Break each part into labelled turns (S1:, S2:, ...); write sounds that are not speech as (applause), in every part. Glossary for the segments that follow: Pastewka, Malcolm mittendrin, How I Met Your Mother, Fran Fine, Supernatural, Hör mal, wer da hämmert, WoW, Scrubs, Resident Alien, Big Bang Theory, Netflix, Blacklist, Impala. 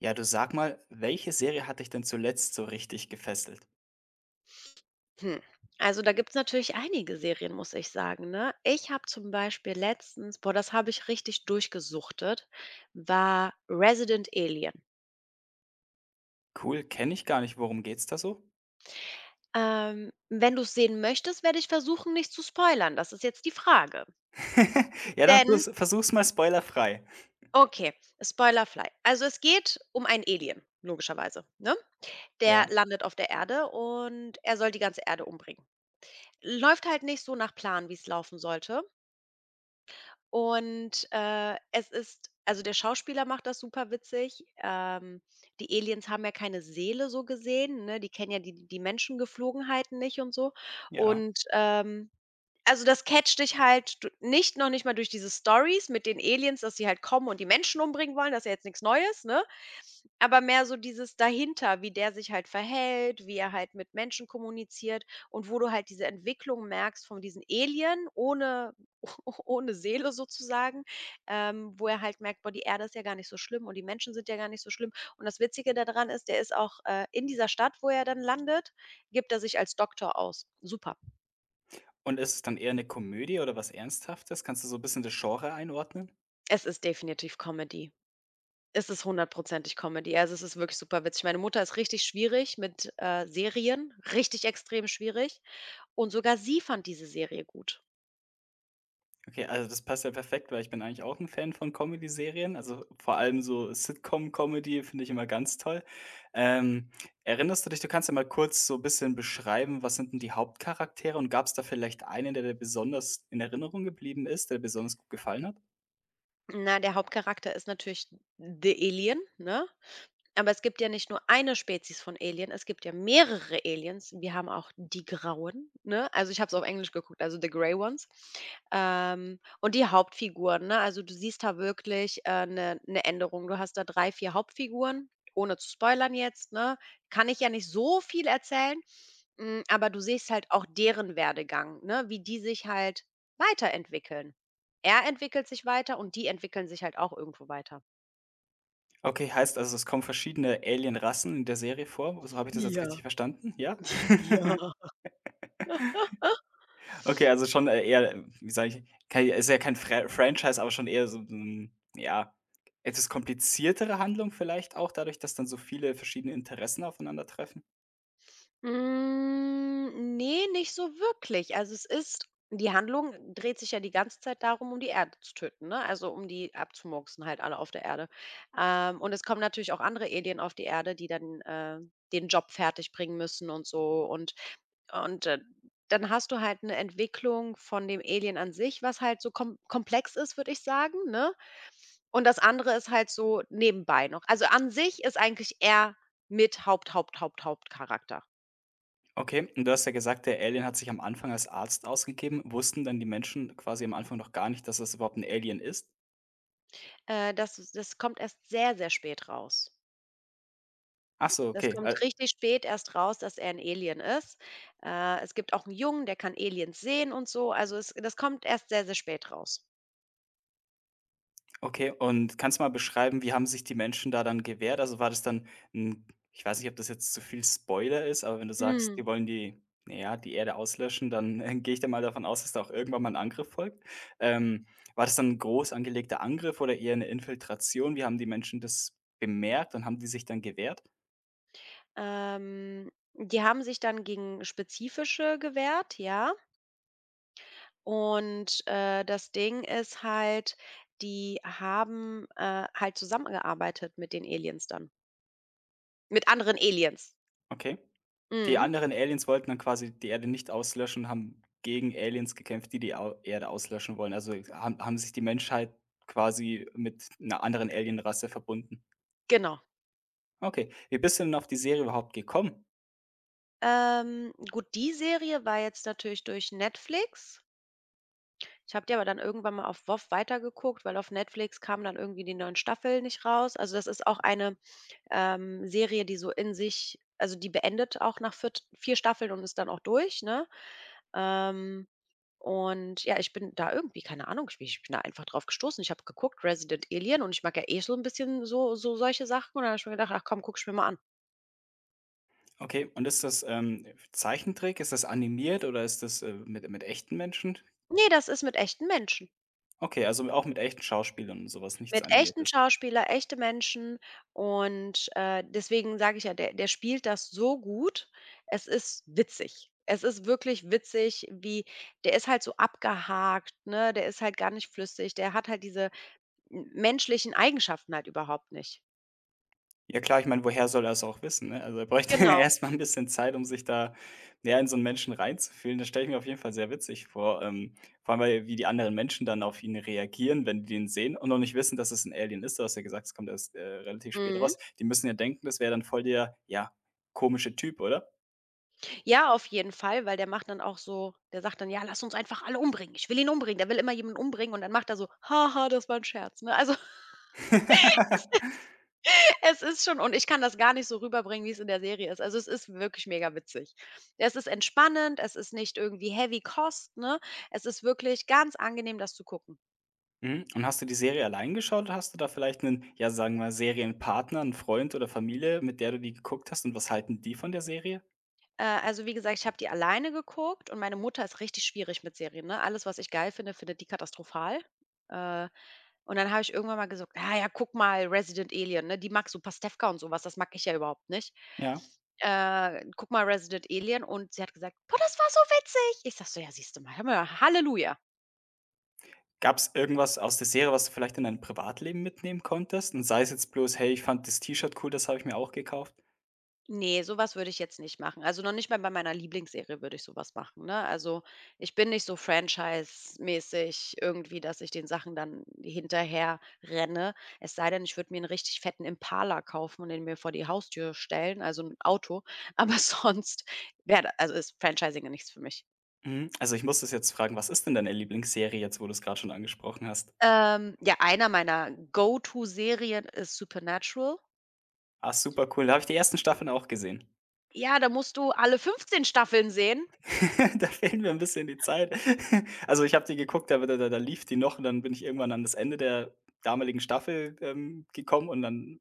S1: Ja, du sag mal, welche Serie hat dich denn zuletzt so richtig gefesselt?
S2: Hm. Also da gibt's natürlich einige Serien, muss ich sagen, ne? Ich habe zum Beispiel letztens, boah, das habe ich richtig durchgesuchtet, war Resident Alien.
S1: Cool, kenne ich gar nicht. Worum geht's da so?
S2: Wenn du's sehen möchtest, werde ich versuchen, nicht zu spoilern. Das ist jetzt die Frage.
S1: (laughs) Ja, dann
S2: Denn
S1: versuch's mal spoilerfrei.
S2: okay, Spoilerfly. Also es geht um einen Alien, logischerweise, ne? Der
S1: Ja,
S2: landet auf der Erde und er soll die ganze Erde umbringen. Läuft halt nicht so nach Plan, wie es laufen sollte. Und es ist also, der Schauspieler macht das superwitzig. Die Aliens haben ja keine Seele so gesehen, ne? Die kennen ja die Menschengeflogenheiten nicht und so.
S1: ja.
S2: Und also, das catcht dich halt du nicht noch nicht mal durch diese Stories mit den Aliens, dass sie halt kommen und die Menschen umbringen wollen, das ist ja jetzt nichts Neues, ne? Aber mehr so dieses dahinter, wie der sich halt verhält, wie er halt mit Menschen kommuniziert und wo du halt diese Entwicklung merkst von diesen Alien ohne (laughs) ohne Seele sozusagen, wo er halt merkt: „Boah, die Erde ist ja gar nicht so schlimm und die Menschen sind ja gar nicht so schlimm." Und das Witzige daran ist, der ist auch, in dieser Stadt, wo er dann landet, gibt er sich als Doktor aus. Super.
S1: Und ist es dann eher eine Komödie oder was Ernsthaftes? Kannst du so ein bisschen das Genre einordnen?
S2: Es ist definitiv Comedy. Es ist hundertprozentig Comedy. Also, es ist wirklich super witzig. Meine Mutter ist richtig schwierig mit, Serien, richtig extrem schwierig. Und sogar sie fand diese Serie gut.
S1: Okay, also das passt ja perfekt, weil ich bin eigentlich auch ein Fan von Comedy-Serien. Also, vor allem so Sitcom-Comedy finde ich immer ganz toll. Ähm, Erinnerst du dich, du kannst ja mal kurz so ein bisschen beschreiben, was sind denn die Hauptcharaktere und gab es da vielleicht einen, der dir besonders in Erinnerung geblieben ist, der dir besonders gut gefallen hat?
S2: Na, der Hauptcharakter ist natürlich The Alien, ne? Aber es gibt ja nicht nur eine Spezies von Alien, es gibt ja mehrere Aliens. Wir haben auch die Grauen, ne? Also, ich habe es auf Englisch geguckt, also The Grey Ones. Und die Hauptfiguren, ne? Also, du siehst da wirklich eine Änderung. Du hast da 3, 4 Hauptfiguren, ohne zu spoilern jetzt, ne? Kann ich ja nicht so viel erzählen. Aber du siehst halt auch deren Werdegang, ne? Wie die sich halt weiterentwickeln. Er entwickelt sich weiter und die entwickeln sich halt auch irgendwo weiter.
S1: Okay, heißt also, es kommen verschiedene Alien-Rassen in der Serie vor? So habe ich das jetzt richtig
S2: Ja,
S1: verstanden, ja?
S2: (laughs) ja.
S1: Okay, also schon, eher, wie sage ich, kei ist ja kein Franchise, aber schon eher so 'n, ja, etwas kompliziertere Handlung vielleicht auch dadurch, dass dann so viele verschiedene Interessen aufeinandertreffen?
S2: Hm, ne, nicht so wirklich. Also, es ist die Handlung dreht sich ja die ganze Zeit darum, um die Erde zu töten, ne? Also, um die abzumurksen halt alle auf der Erde. Und es kommen natürlich auch andere Alien auf die Erde, die dann, den Job fertig bringen müssen und so. Und dann hast du halt eine Entwicklung von dem Alien an sich, was halt so komplex ist, würde ich sagen, ne? Und das andere ist halt so nebenbei noch. Also, an sich ist eigentlich er mit Hauptcharakter.
S1: Okay, und du hast ja gesagt, der Alien hat sich am Anfang als Arzt ausgegeben. Wussten dann die Menschen quasi am Anfang noch gar nicht, dass das überhaupt ein Alien ist?
S2: Das kommt erst sehr, sehr spät raus.
S1: Ach so,
S2: Das
S1: okay.
S2: kommt richtig spät erst raus, dass er ein Alien ist. Es gibt auch einen Jungen, der kann Aliens sehen und so. Also, es das kommt erst sehr, sehr spät raus.
S1: Okay, und kannst du mal beschreiben, wie haben sich die Menschen da dann gewehrt? Also, war das dann 'n Ich weiß nicht, ob das jetzt zu viel Spoiler ist, aber wenn du sagst,
S2: Mhm.
S1: die wollen die naja, die Erde auslöschen, dann, (laughs) gehe ich da mal davon aus, dass da auch irgendwann mal ein Angriff folgt. Ähm, War das dann 'n groß angelegter Angriff oder eher eine Infiltration? Wie haben die Menschen das bemerkt und haben die sich dann gewehrt?
S2: Die haben sich dann gegen spezifische gewehrt, ja. Und das Ding ist halt, die haben, halt zusammengearbeitet mit den Aliens dann. Mit anderen Aliens.
S1: Okay. Die
S2: Mhm,
S1: anderen Aliens wollten dann quasi die Erde nicht auslöschen und haben gegen Aliens gekämpft, die die Au Erde auslöschen wollen. Also, haben sich die Menschheit quasi mit einer anderen Alienrasse verbunden.
S2: genau.
S1: Okay. Wie bist du denn auf die Serie überhaupt gekommen?
S2: Gut, die Serie war jetzt natürlich durch Netflix. Ich habe die aber dann irgendwann mal auf WoW weitergeguckt, weil auf Netflix kamen dann irgendwie die neuen Staffeln nicht raus. Also, das ist auch eine, Serie, die die beendet auch nach vier 4 Staffeln und ist dann auch durch, ne? Ähm, und ja, ich bin da irgendwie keine Ahnung, ich bin da einfach drauf gestoßen. Ich habe geguckt, Resident Alien und ich mag ja eh so ein bisschen so solche Sachen und dann habe ich mir gedacht: „Ach komm, guck ich mir mal an."
S1: Okay, und ist das, Zeichentrick? Ist das animiert oder ist das, mit echten Menschen?
S2: Ne, das ist mit echten Menschen.
S1: Okay, also auch mit echten Schauspielern und so was, nichts
S2: Mit echten
S1: Animiertes.
S2: Schauspieler, echte Menschen und, deswegen sage ich ja, der spielt das so gut. Es ist witzig. Es ist wirklich witzig, wie der ist halt so abgehakt, ne? Der ist halt gar nicht flüssig. Der hat halt diese m menschlichen Eigenschaften halt überhaupt nicht.
S1: Ja klar, ich meine, woher soll er es auch wissen, ne? Also, er bräuchte (laughs) ja
S2: Genau,
S1: erst mal bisschen Zeit, um sich da, ja, in so einen Menschen reinzufühlen. Das stelle ich mir auf jeden Fall sehr witzig vor, vor allem, weil wie die anderen Menschen dann auf ihn reagieren, wenn die den sehen und noch nicht wissen, dass es ein Alien ist. Du hast ja gesagt, es kommt erst, relativ spät
S2: mhm.
S1: raus. Die müssen ja denken, das wäre dann voll der, ja, komische Typ, oder?
S2: Ja, auf jeden Fall, weil der macht dann auch so, der sagt dann: „Ja, lass uns einfach alle umbringen. Ich will ihn umbringen." Der will immer jemanden umbringen und dann macht er so: „Haha, das war 'n Scherz", ne? Also
S1: (laughs)
S2: es ist schon, und ich kann das gar nicht so rüberbringen, wie's in der Serie ist. Also, es ist wirklich mega witzig. Es ist entspannend, es ist nicht irgendwie heavy Kost, ne? Es ist wirklich ganz angenehm, das zu gucken.
S1: Mhm, und hast du die Serie allein geschaut oder hast du da vielleicht einen, ja, sagen wir mal, Serienpartner, einen Freund oder Familie, mit der du die geguckt hast und was halten die von der Serie?
S2: Also, wie gesagt, ich habe die alleine geguckt und meine Mutter ist richtig schwierig mit Serien, ne? Alles, was ich geil finde, findet die katastrophal. Äh, und dann habe ich irgendwann mal gesagt: „Ah ja, guck mal Resident Alien", ne? Die mag so Pastewka und so was, das mag ich ja überhaupt nicht.
S1: Ja.
S2: „Guck mal Resident Alien", und sie hat gesagt: „Boah, das war so witzig." Ich sage so: „Ja, siehst du mal, hör mal, Halleluja."
S1: Gab's irgendwas aus der Serie, was du vielleicht in dein Privatleben mitnehmen konntest? Und sei es jetzt bloß: „Hey, ich fand das T-Shirt cool, das habe ich mir auch gekauft.“
S2: Ne, sowas würde ich jetzt nicht machen. Also, noch nicht mal bei meiner Lieblingsserie würde ich sowas machen, ne? Also, ich bin nicht so franchise-mäßig irgendwie, dass ich den Sachen dann hinterher renne. Es sei denn, ich würde mir einen richtig fetten Impala kaufen und den mir vor die Haustür stellen, also ein Auto. (laughs) Aber sonst ist Franchising ja nichts für mich.
S1: Mhm. Also, ich muss das jetzt fragen, was ist denn deine Lieblingsserie jetzt, wo du es gerade schon angesprochen hast?
S2: Ja, einer meiner Go-to-Serien ist Supernatural.
S1: Ah, super cool. Da habe ich die ersten Staffeln auch gesehen.
S2: Ja, da musst du alle 15 Staffeln sehen.
S1: (laughs) Da fehlt mir ein bisschen die Zeit. (laughs) Also, ich habe die geguckt, aber da lief die noch und dann bin ich irgendwann an das Ende der damaligen Staffel, gekommen und dann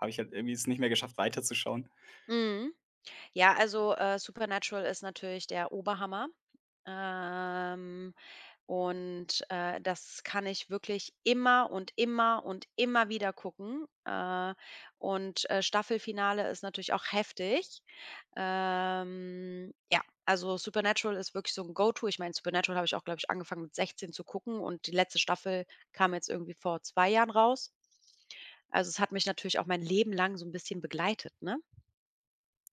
S1: habe ich halt irgendwie es nicht mehr geschafft, weiterzuschauen.
S2: Mhm. Ja, also, Supernatural ist natürlich der Oberhammer. Ähm, Das kann ich wirklich immer und immer und immer wieder gucken. Staffelfinale ist natürlich auch heftig. Ja, also Supernatural ist wirklich so ein Go-to. Ich meine, Supernatural habe ich auch, glaube ich, angefangen mit 16 zu gucken, und die letzte Staffel kam jetzt irgendwie vor 2 Jahren raus. Also, es hat mich natürlich auch mein Leben lang so ein bisschen begleitet, ne?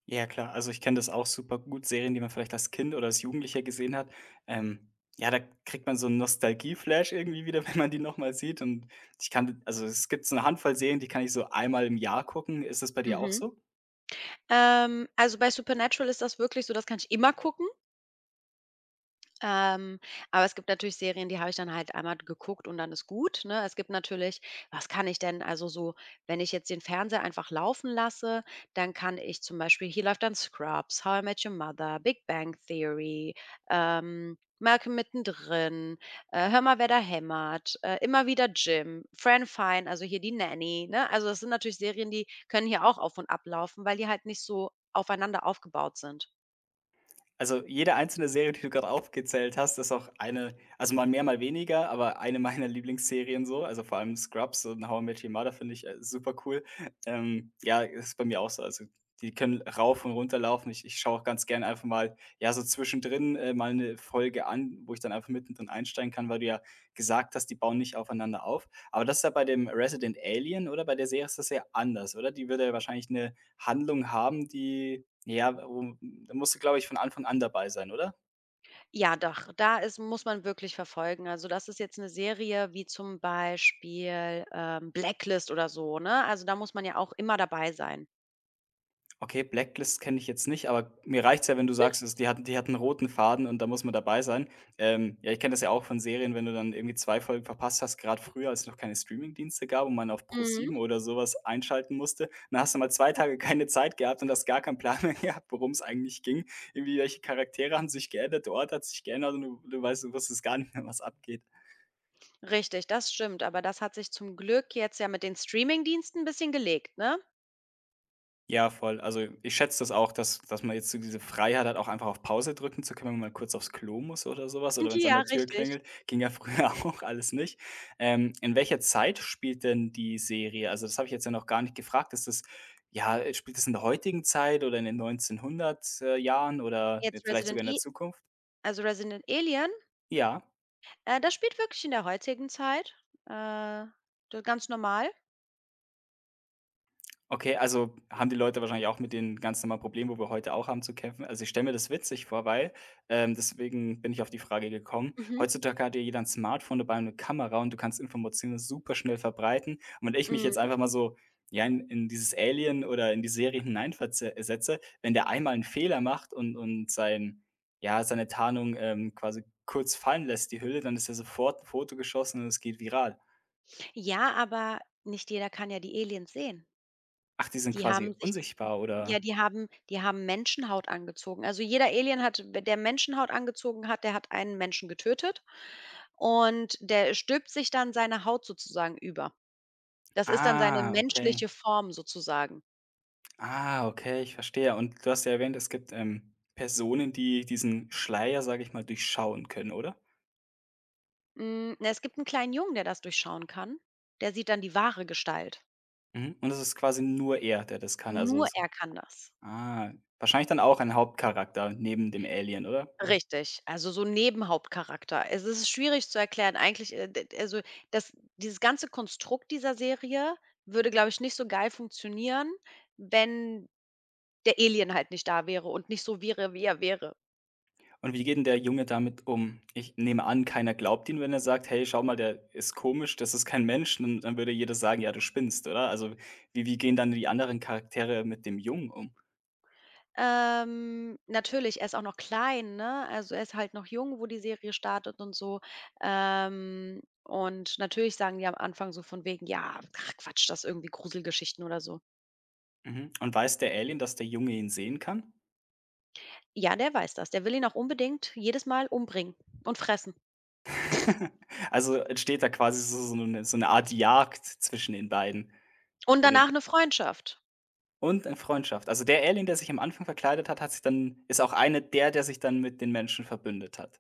S1: Ja klar, also ich kenne das auch super gut, Serien, die man vielleicht als Kind oder als Jugendlicher gesehen hat. Ähm, ja, da kriegt man so einen Nostalgie-Flash irgendwie wieder, (laughs) wenn man die noch mal sieht und ich kann also es gibt so eine Handvoll Serien, die kann ich so einmal im Jahr gucken. Ist das bei dir auch
S2: Mhm.
S1: so?
S2: Also, bei Supernatural ist das wirklich so, das kann ich immer gucken. Ähm, aber es gibt natürlich Serien, die habe ich dann halt einmal geguckt und dann ist gut, ne? Es gibt natürlich, was kann ich denn, also so, wenn ich jetzt den Fernseher einfach laufen lasse, dann kann ich zum Beispiel hier läuft dann Scrubs, How I Met Your Mother, Big Bang Theory, Malcolm mittendrin, Hör mal, wer da hämmert, immer wieder Jim, Fran Fine, also hier die Nanny, ne? Also, das sind natürlich Serien, die können hier auch auf und ab laufen, weil die halt nicht so aufeinander aufgebaut sind.
S1: Also, jede einzelne Serie, die du gerade aufgezählt hast, ist auch eine, also, mal mehr, mal weniger, aber eine meiner Lieblingsserien so. Also, vor allem Scrubs und How I Met Your Mother finde ich, super cool. Ja, ist bei mir auch so. Also, die können rauf und runter laufen. Ich schaue auch ganz gerne einfach mal, ja, so zwischendrin, mal eine Folge an, wo ich dann einfach mittendrin einsteigen kann, weil du ja gesagt hast, die bauen nicht aufeinander auf. Aber das ist ja bei dem Resident Alien oder bei der Serie ist das ja anders, oder? Die würde ja wahrscheinlich eine Handlung haben, die ja, um da musst du, glaube ich, von Anfang an dabei sein, oder?
S2: Ja, doch, da ist muss man wirklich verfolgen. Also, das ist jetzt eine Serie wie zum Beispiel, Blacklist oder so, ne? Also, da muss man ja auch immer dabei sein.
S1: Okay, Blacklist kenne ich jetzt nicht, aber mir reicht's ja, wenn du sagst, es die hat einen roten Faden und da muss man dabei sein. Ja, ich kenne das ja auch von Serien, wenn du dann irgendwie 2 Folgen verpasst hast, gerade früher, als es noch keine Streamingdienste gab und man auf
S2: Hm, mhm.
S1: ProSieben oder sowas einschalten musste, dann hast du mal 2 Tage keine Zeit gehabt und hast gar keinen Plan mehr (laughs) gehabt, worum es eigentlich ging. Irgendwie welche Charaktere haben sich geändert, der Ort hat sich geändert und du du weißt du wusstest gar nicht mehr, was abgeht.
S2: Richtig, das stimmt, aber das hat sich zum Glück jetzt ja mit den Streamingdiensten 'n bisschen gelegt, ne?
S1: Ja, voll. Also, ich schätze das auch, dass man jetzt so diese Freiheit hat, auch einfach auf Pause drücken zu können, wenn man mal kurz aufs Klo muss oder sowas oder wenn es an der
S2: Ja,
S1: Tür
S2: richtig.
S1: klingelt. Ging ja früher (laughs) auch alles nicht. In welcher Zeit spielt denn die Serie? Also, das habe ich jetzt ja noch gar nicht gefragt. Ist das ja, spielt das in der heutigen Zeit oder in den neunzehnhundert Jahren oder
S2: Jetzt
S1: vielleicht
S2: Resident
S1: sogar in der
S2: E
S1: Zukunft?
S2: Also, Resident Alien,
S1: Ja.
S2: das spielt wirklich in der heutigen Zeit, äh, d ganz normal.
S1: Okay, also haben die Leute wahrscheinlich auch mit den ganz normalen Problemen, wo wir heute auch haben, zu kämpfen. Also, ich stelle mir das witzig vor, weil deswegen bin ich auf die Frage gekommen.
S2: Mhm.
S1: Heutzutage hat ja jeder ein Smartphone dabei und 'ne Kamera und du kannst Informationen super schnell verbreiten. Und wenn ich mich jetzt
S2: Mhm.
S1: einfach mal so, ja, in dieses Alien oder in die Serie hineinverze setze, wenn der einmal einen Fehler macht und sein, ja, seine Tarnung, quasi kurz fallen lässt, die Hülle, dann ist ja sofort 'n Foto geschossen und es geht viral.
S2: Ja, aber nicht jeder kann ja die Aliens sehen.
S1: Ach, die sind
S2: Die haben
S1: quasi
S2: sich
S1: unsichtbar oder?
S2: Ja, die haben Menschenhaut angezogen. Also, jeder Alien hat der Menschenhaut angezogen hat, der hat einen Menschen getötet, und der stülpt sich dann seine Haut sozusagen über. Das ist dann seine
S1: Ah, okay.
S2: menschliche Form sozusagen.
S1: Ah, okay, ich verstehe. Und du hast ja erwähnt, es gibt, Personen, die diesen Schleier, sage ich mal, durchschauen können, oder?
S2: Hm, na, es gibt einen kleinen Jungen, der das durchschauen kann. Der sieht dann die wahre Gestalt.
S1: Mhm. Und es ist quasi nur er, der das kann. Also
S2: Nur
S1: es
S2: er kann das.
S1: Ah, wahrscheinlich dann auch ein Hauptcharakter neben dem Alien, oder?
S2: Richtig, also so Nebenhauptcharakter. Es ist schwierig zu erklären. Eigentlich, d d- also das dieses ganze Konstrukt dieser Serie würde, glaube ich, nicht so geil funktionieren, wenn der Alien halt nicht da wäre und nicht so wäre, wie er wäre.
S1: Und wie geht denn der Junge damit um? Ich nehme an, keiner glaubt ihn, wenn er sagt: „Hey, schau mal, der ist komisch, das ist kein Mensch.“ Dann würde jeder sagen: „Ja, du spinnst“, oder? Also, wie gehen dann die anderen Charaktere mit dem Jungen um?
S2: Natürlich, er ist auch noch klein, ne? Also, er ist halt noch jung, wo die Serie startet und so. Und natürlich sagen die am Anfang so von wegen: „Ja, ach Quatsch, das ist irgendwie Gruselgeschichten oder so."
S1: Mhm. Und weiß der Alien, dass der Junge ihn sehen kann?
S2: Ja, der weiß das. Der will ihn auch unbedingt jedes Mal umbringen und fressen.
S1: (laughs) Also, entsteht da quasi so 'ne Art Jagd zwischen den beiden
S2: Und
S1: oder
S2: danach eine Freundschaft.
S1: und eine Freundschaft. Also, der Alien, der sich am Anfang verkleidet hat, hat sich dann ist auch eine der, der sich dann mit den Menschen verbündet hat.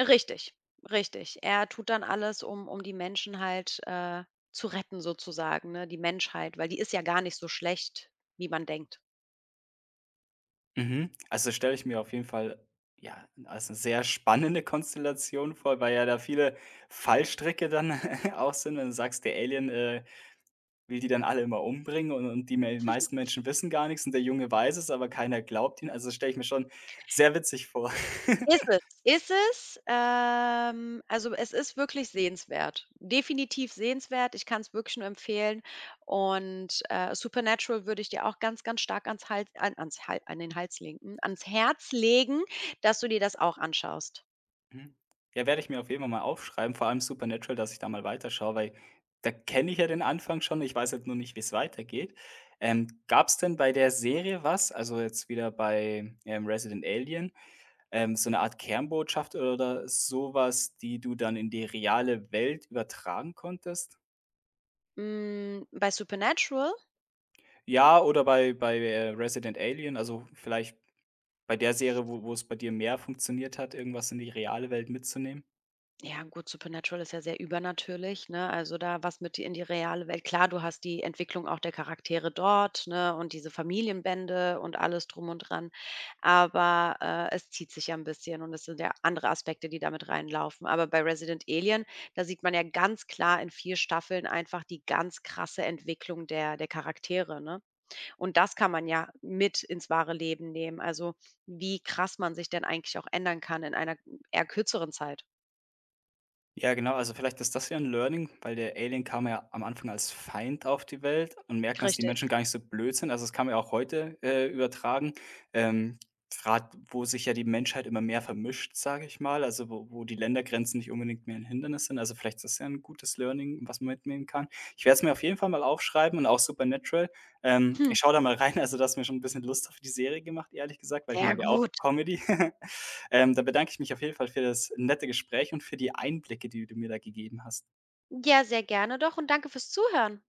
S2: Richtig, richtig. Er tut dann alles, um die Menschen halt, zu retten sozusagen, ne, die Menschheit, weil die ist ja gar nicht so schlecht, wie man denkt.
S1: Mhm. Also, stelle ich mir auf jeden Fall, ja, als 'ne sehr spannende Konstellation vor, weil ja da viele Fallstricke dann (laughs) auch sind, wenn du sagst, der Alien, will die dann alle immer umbringen und die me meisten Menschen wissen gar nichts und der Junge weiß es, aber keiner glaubt ihn. Also, stelle ich mir schon sehr witzig vor.
S2: Ist
S1: (laughs)
S2: es, ist es. Also, es ist wirklich sehenswert. Definitiv sehenswert. Ich kann es wirklich nur empfehlen. Und Supernatural würde ich dir auch ganz, ganz stark ans Hals an ans Hal an den Hals legen, ans Herz legen, dass du dir das auch anschaust.
S1: Mhm. Ja, werde ich mir auf jeden Fall mal aufschreiben, vor allem Supernatural, dass ich da mal weiterschaue, weil da kenne ich ja den Anfang schon, ich weiß jetzt nur nicht, wie es weitergeht. Gab es denn bei der Serie was, also jetzt wieder bei, Resident Alien, so eine Art Kernbotschaft oder sowas, die du dann in die reale Welt übertragen konntest?
S2: Hm, bei Supernatural
S1: Ja, oder bei Resident Alien, also vielleicht bei der Serie, wo es bei dir mehr funktioniert hat, irgendwas in die reale Welt mitzunehmen?
S2: Ja, gut, Supernatural ist ja sehr übernatürlich, ne? Also da was mit in die reale Welt. Klar, du hast die Entwicklung auch der Charaktere dort, ne? Und diese Familienbände und alles drum und dran. Aber es zieht sich ja ein bisschen und es sind ja andere Aspekte, die damit reinlaufen. Aber bei Resident Alien, da sieht man ja ganz klar in vier Staffeln einfach die ganz krasse Entwicklung der Charaktere, ne? Und das kann man ja mit ins wahre Leben nehmen. Also wie krass man sich denn eigentlich auch ändern kann in einer eher kürzeren Zeit.
S1: Ja, genau, also vielleicht ist das ja ein Learning, weil der Alien kam ja am Anfang als Feind auf die Welt und merken, dass die Menschen
S2: Richtig.
S1: gar nicht so blöd sind. Also, das kann man ja auch heute, übertragen, ähm, grad wo sich ja die Menschheit immer mehr vermischt, sage ich mal, also wo die Ländergrenzen nicht unbedingt mehr ein Hindernis sind. Also, vielleicht ist das ja ein gutes Learning, was man mitnehmen kann. Ich werde es mir auf jeden Fall mal aufschreiben und auch Supernatural.
S2: Hm,
S1: Ich schaue da mal rein, also, das hast mir schon ein bisschen Lust auf die Serie gemacht, ehrlich gesagt, weil ich
S2: sehr
S1: mag ja auch
S2: gut.
S1: Comedy. (laughs) Dann bedanke ich mich auf jeden Fall für das nette Gespräch und für die Einblicke, die du mir da gegeben hast.
S2: Ja, sehr gerne doch, und danke fürs Zuhören.